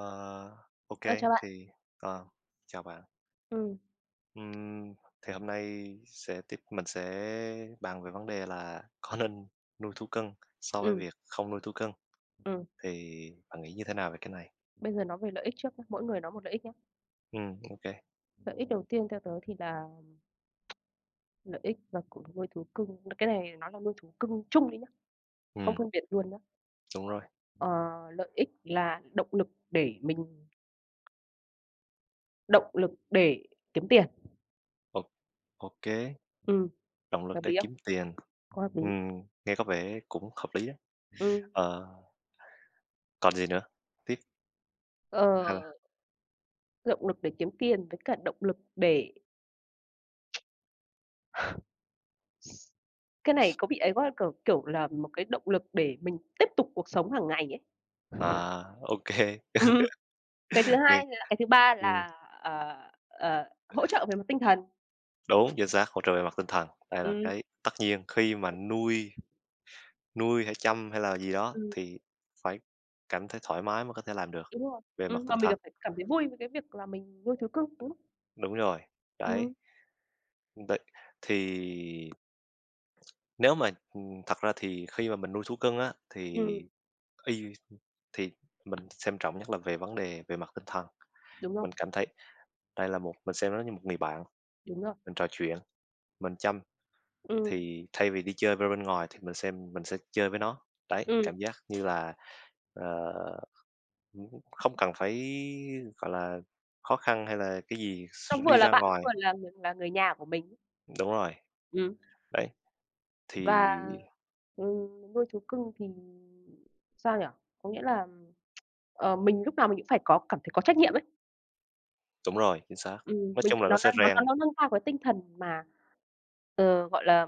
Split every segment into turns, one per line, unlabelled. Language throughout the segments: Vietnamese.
Ờ, OK,
Ờ, chào bạn.
thì, ờ, chào bạn.
ừ
Ừm, thì hôm nay sẽ tiếp mình sẽ bàn về vấn đề là có nên nuôi thú cưng so với
ừ
việc không nuôi thú cưng,
ừ
thì bạn nghĩ như thế nào về cái này?
Bây giờ nói về lợi ích trước nhá, mỗi người nói một lợi ích nhé.
OK.
Lợi ích đầu tiên theo tớ thì là lợi ích và của nuôi thú cưng, cái này nó là nuôi thú cưng chung đi nhá, không
Ừm,
phân biệt luôn nhá.
đúng rồi.
Ờ, lợi ích là động lực để mình động lực để kiếm tiền.
Ô, OK,
Ừm,
động lực
hợp
để
lý không?
kiếm tiền.
Có hợp lý.
Ừm, nghe có vẻ cũng hợp lý đó.
Ừm,
Ờ, còn gì nữa? Tiếp
ờ,
hay là?
động lực để kiếm tiền với cả động lực để cái này có bị ấy quá, kiểu là một cái động lực để mình tiếp tục cuộc sống hàng ngày ấy.
À, OK,
Cái thứ
nghe,
hai là cái thứ ba
ừm,
là, ờ, ờ, hỗ trợ về mặt tinh thần.
đúng, chính xác, hỗ trợ về mặt tinh thần, đây là
Ừm,
cái tất nhiên khi mà nuôi. Nuôi hay chăm hay là gì đó
ừm,
thì phải cảm thấy thoải mái mới có thể làm được
đúng rồi.
về mặt
Mà
tinh
mình
thần.
còn phải cảm thấy vui với cái việc là mình nuôi thú cưng, đúng không?
Đúng rồi, đấy.
Ừm,
Vậy thì nếu mà, thật ra thì khi mà mình nuôi thú cưng á, thì
ừm,
y thì mình xem trọng nhất là về vấn đề về mặt tinh thần.
đúng rồi,
Mình cảm thấy đây là một mình xem nó như một người bạn,
đúng rồi.
mình trò chuyện, mình chăm,
Ừm,
thì thay vì đi chơi với bên ngoài thì mình xem mình sẽ chơi với nó. Đấy,
ừm,
cảm giác như là, ờ, ừm, không cần phải, gọi là, khó khăn hay là cái gì s
nó vừa
đi
là
ra
bạn, nó
ngoài.
vừa là người nhà của mình.
Đúng rồi,
Ừm,
đấy. Thì
và, nuôi thú cưng thì sao nhỉ? Có nghĩa là, mình lúc nào mình cũng phải có cảm thấy có trách nhiệm ấy.
đúng rồi, chính xác. Nói
Mình
chung là nó
nó
sẽ
nó nó
rèn.
nó nâng cao cái tinh thần mà, gọi là,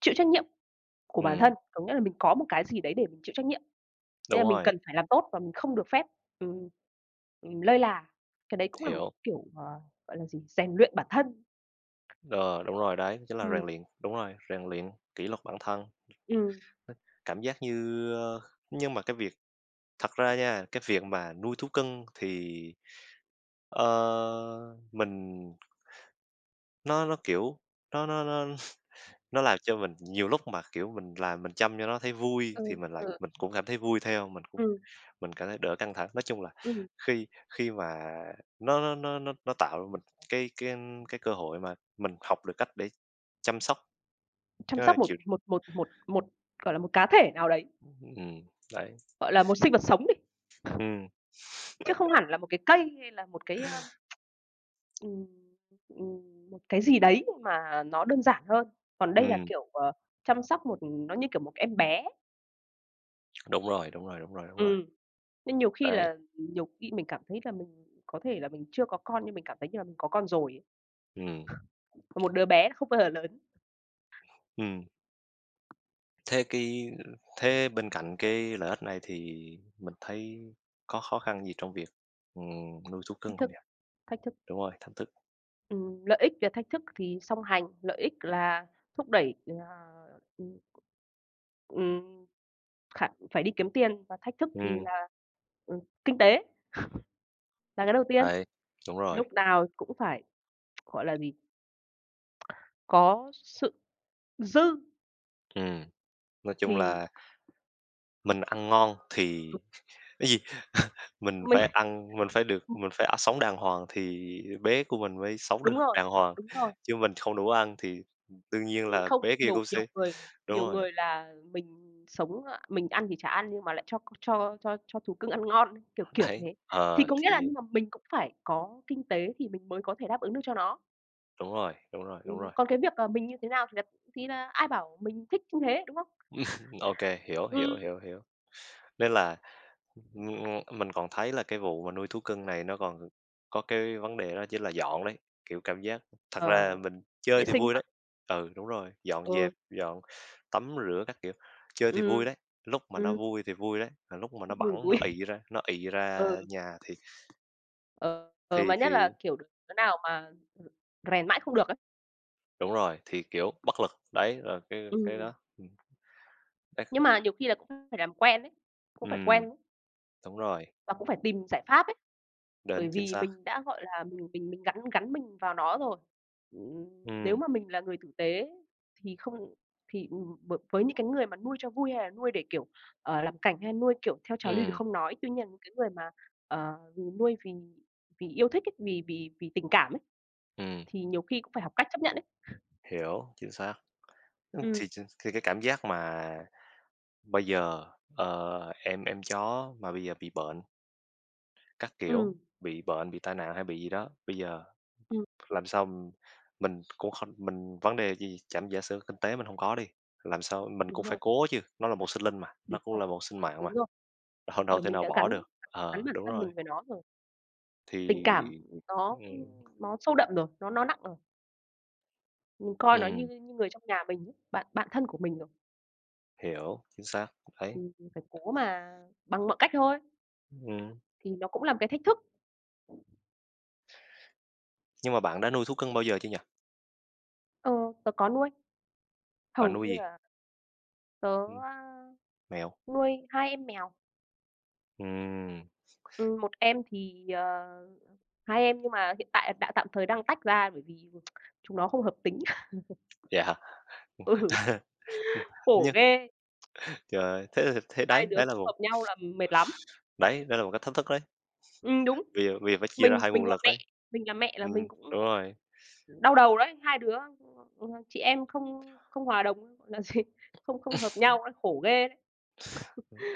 chịu trách nhiệm của bản thân,
Ừm,
có nghĩa là mình có một cái gì đấy để mình chịu trách nhiệm, nên
đúng
là mình
rồi,
cần phải làm tốt và mình không được phép, ừm, lơi là. Cái đấy cũng là một
hiểu.
kiểu, gọi là gì, rèn luyện bản thân.
Ờ, đúng rồi, đấy, chính là
Ừm,
rèn luyện đúng rồi, rèn luyện kỷ luật bản thân.
ừm,
Cảm giác như, ơ, nhưng mà cái việc thật ra nha, cái việc mà nuôi thú cưng thì, ờ, mình nó, kiểu, nó nó làm cho mình nhiều lúc mà, kiểu, mình làm mình chăm cho nó thấy vui
ừ,
thì mình lại
ừ,
mình cũng cảm thấy vui theo, mình cũng...
ừm,
Mình cảm thấy đỡ căng thẳng. Nói chung là
ừm,
khi khi mà nó tạo cho mình cái cái cơ hội mà mình học được cách để chăm sóc,
chăm
ơ,
sóc một
chịu.
một một một một, gọi là, một cá thể nào đấy,
Ừm, đấy.
gọi là, một sinh vật sống đi,
Ừm,
chứ không hẳn là một cái cây hay là một cái, ừm, một cái gì đấy mà nó đơn giản hơn. Còn đây là,
ừm,
chăm sóc một nó như kiểu một em bé.
đúng rồi, đúng rồi, đúng rồi, đúng rồi,
Ừm. Nên
đấy.
nhiều khi mình cảm thấy là mình có thể là mình chưa có con nhưng mình cảm thấy như là mình có con rồi ấy.
Ừm,
Và một đứa bé nó không bao giờ lớn.
ừm. Thế cái, thế bên cạnh cái lợi ích này thì mình thấy có khó khăn gì trong việc, nuôi thú
Thách
cưng không
thức,
nhỉ?
thách thức,
Đúng rồi, thách thức.
lợi ích và thách thức thì song hành, lợi ích là thúc đẩy là, ừm, ừm, khả phải đi kiếm tiền và thách thức thì
Ừm,
là, kinh tế là cái đầu tiên.
đấy, đúng rồi.
Lúc nào cũng phải, gọi là gì, có sự dư
Ừm, nói chung
thì
là mình ăn ngon thì
đúng
cái gì? Mình
mình.
phải ăn mình phải được mình phải ăn sống đàng hoàng thì bé của mình mới sống được
Đúng rồi,
đàng hoàng,
đúng rồi.
chứ mình không đủ ăn thì, đương nhiên là
Không,
bé kia
nhiều
cũng sẽ... Đúng
nhiều
rồi,
người là mình sống, a mình ăn thì chả ăn nhưng mà lại cho thú cưng ăn ngon, kiểu
đấy,
thế. Thì
ờ,
có nghĩa là
thì
nhưng mà mình cũng phải có kinh tế thì mình mới có thể đáp ứng được cho nó.
đúng rồi, đúng rồi, đúng rồi.
Còn cái việc, mình như thế nào thì là ai bảo mình thích như thế, đúng không?
OK, hiểu, hiểu,
Ừm,
hiểu, hiểu. Nên là... mình còn thấy là cái vụ mà nuôi thú cưng này nó còn có cái vấn đề đó chính là dọn đấy, kiểu, cảm giác thật ra
ờ,
mình chơi
vệ
thì
sinh
vui
hả?
đấy. Ừ, đúng rồi, dọn
Ừ,
dẹp, dọn tắm rửa các kiểu, chơi thì vui
ừm,
đấy, lúc mà nó
ừm,
vui thì vui đấy, mà lúc mà nó
vui
bẵng
vui.
nó ị ra
Ừ,
nhà thì... thì
ờ, mà nhất là,
thì
kiểu, đứa nào mà, rèn mãi không được ấy.
đúng rồi, thì, kiểu, bất lực. Đấy, là cái
Ừm,
đó. Ừm, đấy.
nhưng mà nhiều khi là cũng phải làm quen đấy cũng phải
Ừm,
quen.
đúng rồi,
Và cũng phải tìm giải pháp ấy, bởi
đến, chính
vì
xác.
mình đã, gọi là, mình mình gắn gắn mình vào nó rồi. Ừm,
Ừ,
nếu mà mình là người tử tế thì không thì, bởi với những cái người mà nuôi cho vui hay là nuôi để, làm cảnh hay nuôi, kiểu, theo trào lưu thì
ừ,
không nói. Tuy nhiên những cái người mà, ờ, nuôi vì vì yêu thích ấy, vì vì vì tình cảm ấy,
ừm,
thì nhiều khi cũng phải học cách chấp nhận ấy.
hiểu, chính xác. Ưm,
Ừm,
thì cái cảm giác mà... Bây giờ, ờ, em chó mà bây giờ bị bệnh các
ừm,
kiểu, bị bệnh, bị tai nạn hay bị gì đó, bây giờ
ừm,
làm sao m... mình cũng không mình vấn đề gì chẳng giả sử kinh tế mình không có đi, làm sao mình
đúng
cũng
rồi,
phải cố chứ, nó là một sinh linh mà,
đúng
nó cũng
rồi,
là một sinh mạng mà,
đúng rồi.
đâu đâu
Kiểu,
thể
mình
nào
đã gắn
bỏ được.
gắn
Ờ,
bản
đúng
thân
rồi,
mình với nó rồi, tình cảm
thì...
nó
Ừm,
nó sâu đậm rồi, nó nặng rồi. Mình coi nó như
ừm,
như người trong nhà mình ấy, bạn bạn thân của mình rồi,
hiểu, chính xác, đấy.
thì mình phải cố mà bằng mọi cách thôi,
Ừm,
thì nó cũng là một cái thách thức.
nhưng mà bạn đã nuôi thú cưng bao giờ chưa nhỉ?
Ờ, tớ có nuôi,
Bạn
hầu
nuôi
như
gì?
là tớ,
Ừm,
a,
mèo.
nuôi 2 em mèo,
Ừm,
một em thì, ờ hai em nhưng mà hiện tại đã tạm thời đang tách ra bởi vì chúng nó không hợp tính.
vậy.
Ừ, khổ ghê,
Trời, thế thì thế
hai
đấy,
đứa
đấy là
không
một...
hợp nhau là mệt lắm.
Đấy, đấy là một cái thách thức đấy,
Đúng,
vì vì phải chia ra
mình
hai
mình
nguồn
là
lực
mẹ,
đấy.
mình là mẹ là
Ừm,
mình cũng
đúng rồi,
đau đầu đấy, hai đứa, chị em không không hòa đồng, gọi là gì, không không hợp nhau ấy, khổ ghê đấy.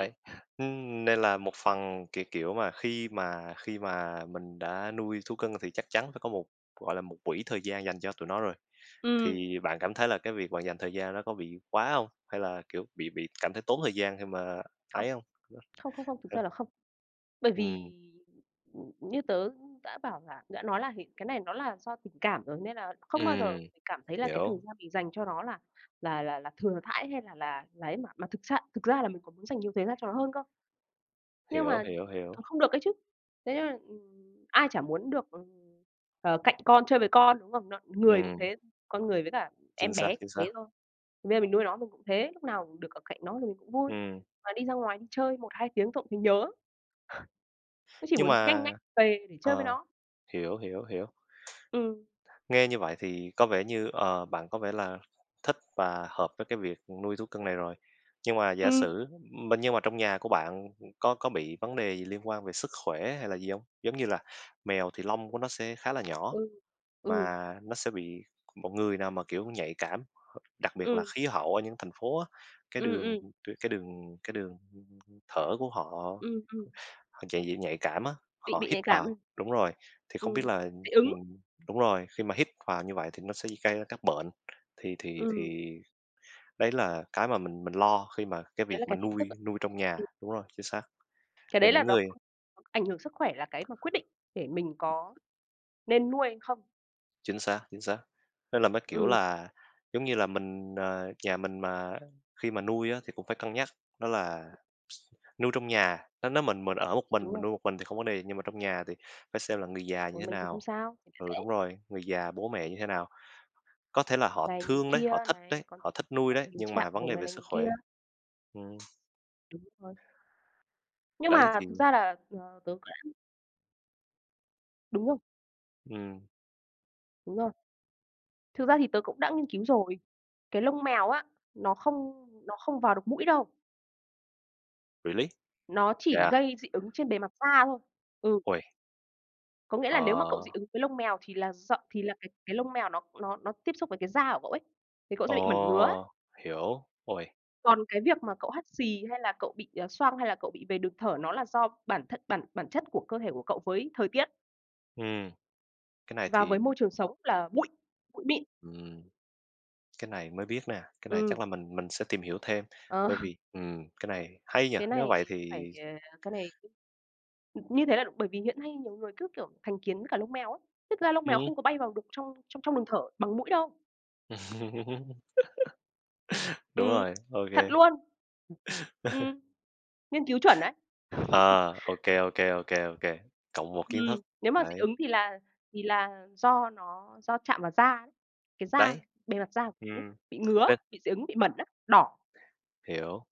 đấy. Nên là một phần, kiểu, kiểu mà, khi mà mình đã nuôi thú cưng thì chắc chắn phải có một, gọi là, một quỹ thời gian dành cho tụi nó rồi,
Ừm,
thì bạn cảm thấy là cái việc bạn dành thời gian nó có bị quá không? Hay là, kiểu, bị cảm thấy tốn thời gian khi mà ấy
không,
hông?
không, thực ra là không. Bởi vì,
Ừm,
ừ, như tớ đã nói là hiện cái này nó là do tình cảm rồi, nên là không bao giờ
ừm,
mình cảm thấy là cái thời
hiểu,
gian mình dành cho nó là thừa thãi hay là ấy, mà thực ra là mình còn muốn dành nhiều thời gian cho nó hơn cơ. Nhưng
hiểu,
mà
hiểu, hiểu.
không được ấy chứ. Thế nên là, ai chả muốn được, cạnh con, chơi với con, đúng không? Nó người cũng
Ừm,
thế, con người với cả em
chính xác,
bé cũng
chính xác.
thế thôi. Bây giờ mình nuôi nó mình cũng thế, lúc nào được ở cạnh nó thì mình cũng vui.
Ừm,
Mà đi ra ngoài đi chơi một 2 tiếng thôi cũng thấy nhớ, cũng chỉ
nhưng
muốn nhanh
mà,
nhanh về để chơi với
ờ.
nó.
Hiểu, hiểu, hiểu.
Ừm,
Nghe như vậy thì có vẻ như, ờ, bạn có vẻ là thích và hợp với cái việc nuôi thú cưng này rồi. Nhưng mà giả
ừm,
sử mà nhưng mà trong nhà của bạn có bị vấn đề gì liên quan về sức khỏe hay là gì không? Giống như là mèo thì lông của nó sẽ khá là nhỏ,
ừ, ừ,
mà nó sẽ bị một người nào mà, kiểu, nhạy cảm, đặc biệt là
ừ,
khí hậu ở những thành phố á, cái
ừ,
đường cái đường cái đường thở của họ...
ừm, ừm,
Họ dạng dị nhạy cảm á,
bị
họ hít
nhạy cảm ấy,
vào đúng rồi, thì không biết
ừm,
là...
dị ứng,
Ừm, đúng rồi, khi mà hít vào như vậy thì nó sẽ gây ra các bệnh. Thì thì
ừm,
thì đấy là cái mà mình lo khi mà cái
đấy
việc
là
mà
cái thách thức
nuôi
ạ.
nuôi trong nhà,
Ừm,
đúng rồi, chính xác.
cái
Là
đấy là
những
nó
người...
cũng ảnh hưởng sức khỏe là cái mà quyết định để mình có nên nuôi hay không?
Chính xác, chính xác. Nên là mới, kiểu
Ừm,
là, giống như là, mình, ờ, nhà mình mà khi mà nuôi á thì cũng phải cân nhắc, đó là nuôi trong nhà, nó nếu mình ở một
đúng
mình
rồi,
nuôi một mình thì không vấn đề gì, nhưng mà trong nhà thì phải xem là người già như
ừ,
thế
mình thì không
nào.
sao, người ta
Ừ,
sẽ
đúng rồi, người già, bố mẹ như thế nào. Có thể là họ
này người
thương
kia này,
đấy,
còn
họ thích
thuộc
nuôi
vào
đấy,
tình
nhưng
trạng
mà vấn
của
đề
người
về
này
sức
người kia,
khỏe. Ừm,
đúng rồi. Nhưng
đấy
mà
thì...
thực ra là, tớ cũng đúng rồi,
Ừm,
đúng rồi. Thực ra thì tớ cũng đã nghiên cứu rồi, cái lông mèo á, nó không vào được mũi đâu,
really?
nó chỉ
Yeah,
gây dị ứng trên bề mặt da thôi. Ừ,
ôi,
có nghĩa là
ờ,
nếu mà cậu dị ứng với lông mèo thì là cái lông mèo nó nó tiếp xúc với cái da của cậu ấy, thì cậu sẽ bị mẩn ngứa.
ồ, hiểu, ôi.
Còn cái việc mà cậu hắt xì hay là cậu bị, xoang hay là cậu bị về đường thở nó là do bản thân bản bản chất của cơ thể của cậu với thời tiết
Ừm, cái này
và
thì...
với môi trường sống là bụi, bụi mịn.
Ừm. Cái này mới biết nè, cái này
Ừm,
chắc là mình sẽ tìm hiểu thêm,
ờ,
bởi vì cái này hay nhỉ,
cái
nếu
này
vậy
phải,
thì...
cái này như thế là bởi vì hiện nay nhiều người cứ, kiểu, thành kiến với cả lông mèo ấy, thế thực ra lông mèo
Ừm.
không có bay vào được trong trong trong đường thở bằng mũi đâu.
Đúng
Ừm,
rồi, OK,
thật
kê.
luôn, ừm, nghiên cứu chuẩn đấy.
À, OK, OK, ô kê, cộng một kiến thức,
Nếu mà dị
đấy,
ứng thì là do chạm vào da đấy, cái da
đấy.
bề mặt da của mình ấy,
Ừm,
bị ngứa,
nên
bị dị ứng, bị mẩn á, đỏ.
hiểu.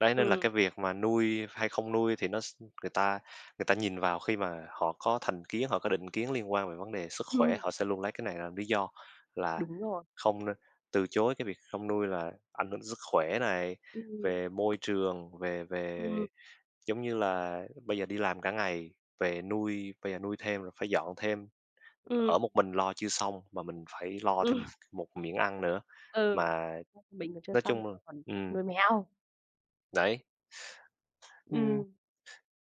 Đấy, nên là
Ừm,
cái việc mà nuôi hay không nuôi thì nó s người ta nhìn vào khi mà họ có thành kiến, họ có định kiến liên quan về vấn đề sức khỏe,
ừm,
họ sẽ luôn lấy cái này làm lý do là
đúng rồi.
không nên từ chối cái việc không nuôi là ảnh hưởng sức khỏe này,
Ừm,
về môi trường, về
ừm,
về giống như là bây giờ đi làm cả ngày, về nuôi bây giờ nuôi thêm rồi phải dọn thêm, ở
ừm,
một mình lo chưa xong mà mình phải lo
ừm,
thêm một một miếng ăn nữa,
ừ.
mà
Mình còn chưa
nói
xong,
chung là
còn
ừm,
nuôi mèo.
đấy. Ừm.
Ừm,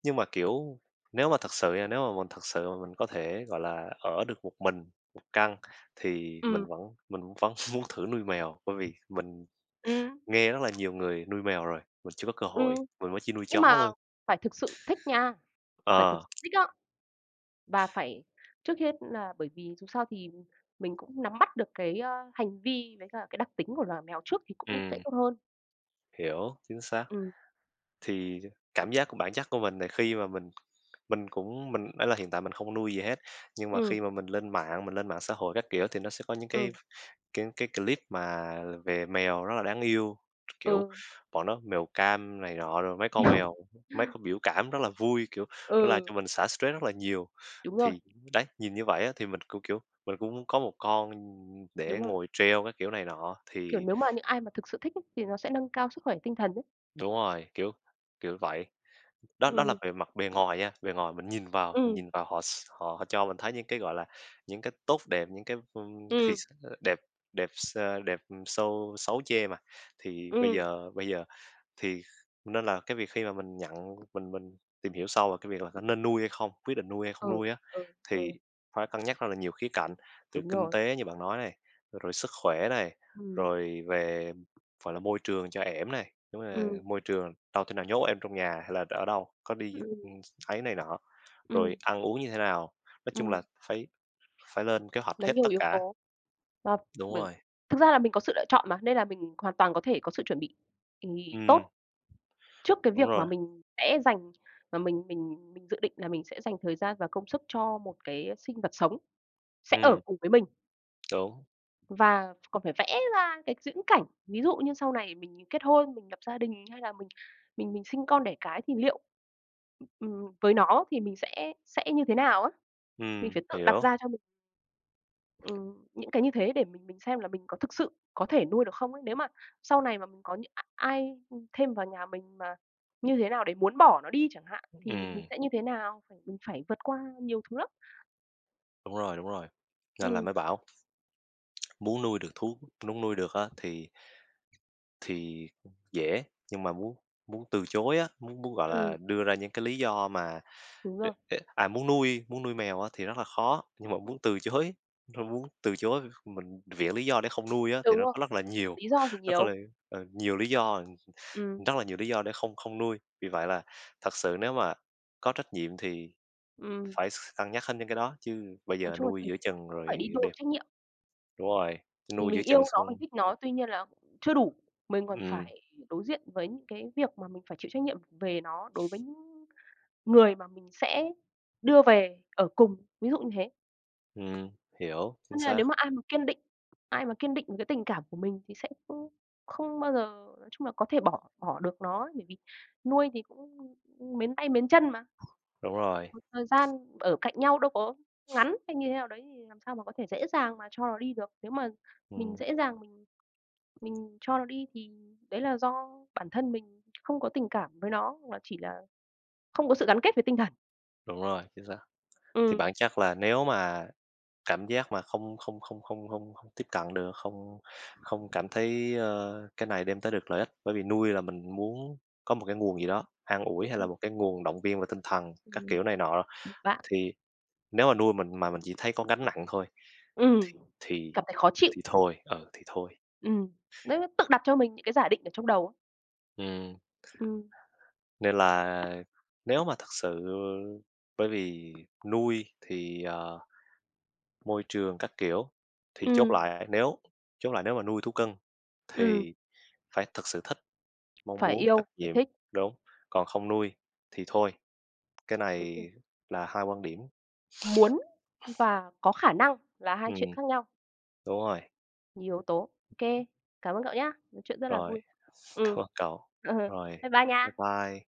Nhưng mà, kiểu, nếu mà thật sự nha, nếu mà mình thật sự mà mình có thể, gọi là, ở được một mình, một căn thì mình
ừm,
vẫn mình vẫn muốn thử nuôi mèo, bởi vì mình
ừm,
nghe rất là nhiều người nuôi mèo rồi, mình chưa có cơ hội,
ừm,
mình mới chỉ nuôi
nhưng
chó
mà
thôi.
phải thực sự thích nha, phải thực
Ờ,
sự thích á, và phải trước hết là bởi vì dù sao thì mình cũng nắm bắt được cái, hành vi với cả cái đặc tính của loài mèo trước thì cũng sẽ
ừm,
tốt hơn.
hiểu, chính xác.
Ừm.
Thì cảm giác của bản chất của mình là khi mà mình cũng mình ấy là hiện tại mình không nuôi gì hết, nhưng mà
Ừ,
khi mà mình lên mạng xã hội các kiểu thì nó sẽ có những cái...
ừm,
Cái clip mà về mèo rất là đáng yêu, kiểu,
ừ,
bọn nó mèo cam này nọ, rồi mấy con mèo, mấy con biểu cảm rất là vui, kiểu, nó làm
ừ,
cho mình xả stress rất là nhiều.
đúng rồi,
Thì đấy, nhìn như vậy á thì mình cũng, kiểu, mình cũng muốn có một con để
đúng rồi.
ngồi treo các kiểu này nọ,
Kiểu,
thì
nếu mà những ai mà thực sự thích ấy, thì nó sẽ nâng cao sức khỏe tinh thần đấy.
đúng rồi, kiểu, kiểu vậy. Đó đó là
Ừ,
về mặt bề ngoài nha, bề ngoài mình
ừ,
nhìn vào họ s họ họ cho mình thấy những cái, gọi là, những cái tốt đẹp, những cái, ưm, thì
ừm,
s đẹp đẹp s đẹp, xâu xấu chê mà. Thì bây
ừm,
giờ bây giờ thì nên là cái việc khi mà mình nhận mình tìm hiểu sâu về cái việc là có nên nuôi hay không, quyết định nuôi hay không
ừ,
nuôi á,
ừ,
thì
ừ,
phải cân nhắc rất là nhiều khía cạnh, từ
đúng
kinh
rồi.
tế như bạn nói này, rồi sức khỏe này,
Ừ,
rồi về, gọi là, môi trường cho ẻm này, đúng là
ừ,
môi trường đâu thể nào nhốt em trong nhà hay là ở đâu, có
ừ,
đi, ấy này nọ, rồi
ừ,
ăn uống như thế nào. Nói chung
ừm,
là phải phải lên kế hoạch
nó
hết
nhiều
tất
yếu
cả.
tố và
Đúng
bởi
rồi,
thực ra là mình có sự lựa chọn mà, nên là mình hoàn toàn có thể có sự chuẩn bị, thì
ừm,
tốt trước cái
đúng
việc mà
rồi,
mình sẽ dành mà mình mình dự định là mình sẽ dành thời gian và công sức cho một cái sinh vật sống sẽ ở
ừm,
cùng với mình.
đúng,
Và còn phải vẽ ra cái viễn cảnh, ví dụ như sau này mình kết hôn, mình lập gia đình hay là mình mình sinh con đẻ cái thì liệu, với nó thì mình sẽ như thế nào á? Mình phải tự đặt
hiểu,
ra cho mình, những cái như thế để mình xem là mình có thực sự có thể nuôi được không ấy. Nếu mà sau này mà mình có những ai, thêm vào nhà mình mà như thế nào để muốn bỏ nó đi chẳng hạn, thì mình
ừm.
sẽ như thế nào? Phải phải vượt qua nhiều thứ lắm.
Đúng rồi, đúng rồi. Nên là
Ừm,
mới bảo muốn nuôi được thú muốn nuôi được á thì thì dễ, nhưng mà muốn muốn từ chối á, muốn muốn, gọi
ừm,
là, đưa ra những cái lý do mà
đúng rồi,
để à, muốn nuôi mèo á thì rất là khó, nhưng mà muốn từ chối mình viện lý do để không nuôi á thì
đúng
nó
rồi,
có rất là nhiều,
lý do thì
nó có
nhiều.
là, ờ, nhiều lý do,
Ừm,
rất là nhiều lý do để không không nuôi. Vì vậy là thật sự nếu mà có trách nhiệm thì
ừm.
phải cân nhắc hết những cái đó, chứ bây
Nói
giờ
chung là
nuôi
tình
giữa chừng
cũng phải đi
rồi
đôi với
đem...
trách nhiệm,
Đúng rồi, nuôi giữa
mình
chân
yêu nó, mình
sung.
thích nó, tuy nhiên là chưa đủ, mình còn
Ừm,
phải đối diện với những cái việc mà mình phải chịu trách nhiệm về nó đối với những người mà mình sẽ đưa về ở cùng, ví dụ như thế.
ừm, hiểu,
Cho
chính
nên là
xác,
nếu mà ai mà kiên định, ai mà kiên định với cái tình cảm của mình thì sẽ không không bao giờ nói chung là có thể bỏ bỏ được nó ấy, bởi vì nuôi thì cũng mến tay mến chân mà.
đúng rồi,
Một thời gian ở cạnh nhau đâu có ngắn hay như thế nào đấy thì làm sao mà có thể dễ dàng mà cho nó đi được. Nếu mà mình
ừm,
dễ dàng mình cho nó đi thì đấy là do bản thân mình không có tình cảm với nó, hoặc là chỉ là không có sự gắn kết về tinh thần.
đúng rồi, chính xác. Thì
Ừm,
bản chất là nếu mà cảm giác mà không không không không không không tiếp cận được, không không cảm thấy, ơ, cái này đem tới được lợi ích, bởi vì nuôi là mình muốn có một cái nguồn gì đó, an ủi hay là
ừm,
một cái nguồn động viên về tinh thần các
ừm,
kiểu này nọ,
một bạn
thì nếu mà nuôi mình mà mình chỉ thấy có gánh nặng thôi
ừm,
thì thì
cảm thấy khó chịu,
thì thôi, ừ, thì thôi.
ừm, đấy, tự đặt cho mình những cái giả định ở trong đầu á.
Ừm.
Ừm,
Nên là nếu mà thật sự bởi vì nuôi thì, ờ, môi trường các kiểu, thì
ừm,
chốt lại nếu mà nuôi thú cưng
ừm,
thì phải thật sự thích, mong
phải
muốn,
yêu,
trách
phải
nhiệm,
thích,
đúng, còn không nuôi thì thôi. Cái
đúng rồi,
này là hai quan điểm.
muốn và có khả năng là hai chuyện
Ừm,
khác nhau.
đúng rồi,
Nhiều yếu tố. OK, cảm ơn cậu nhá, nói chuyện rất là
rồi,
vui. Ừ,
cảm ơn cậu.
ờ,
Rồi,
bye bye
bye
nha.
bye.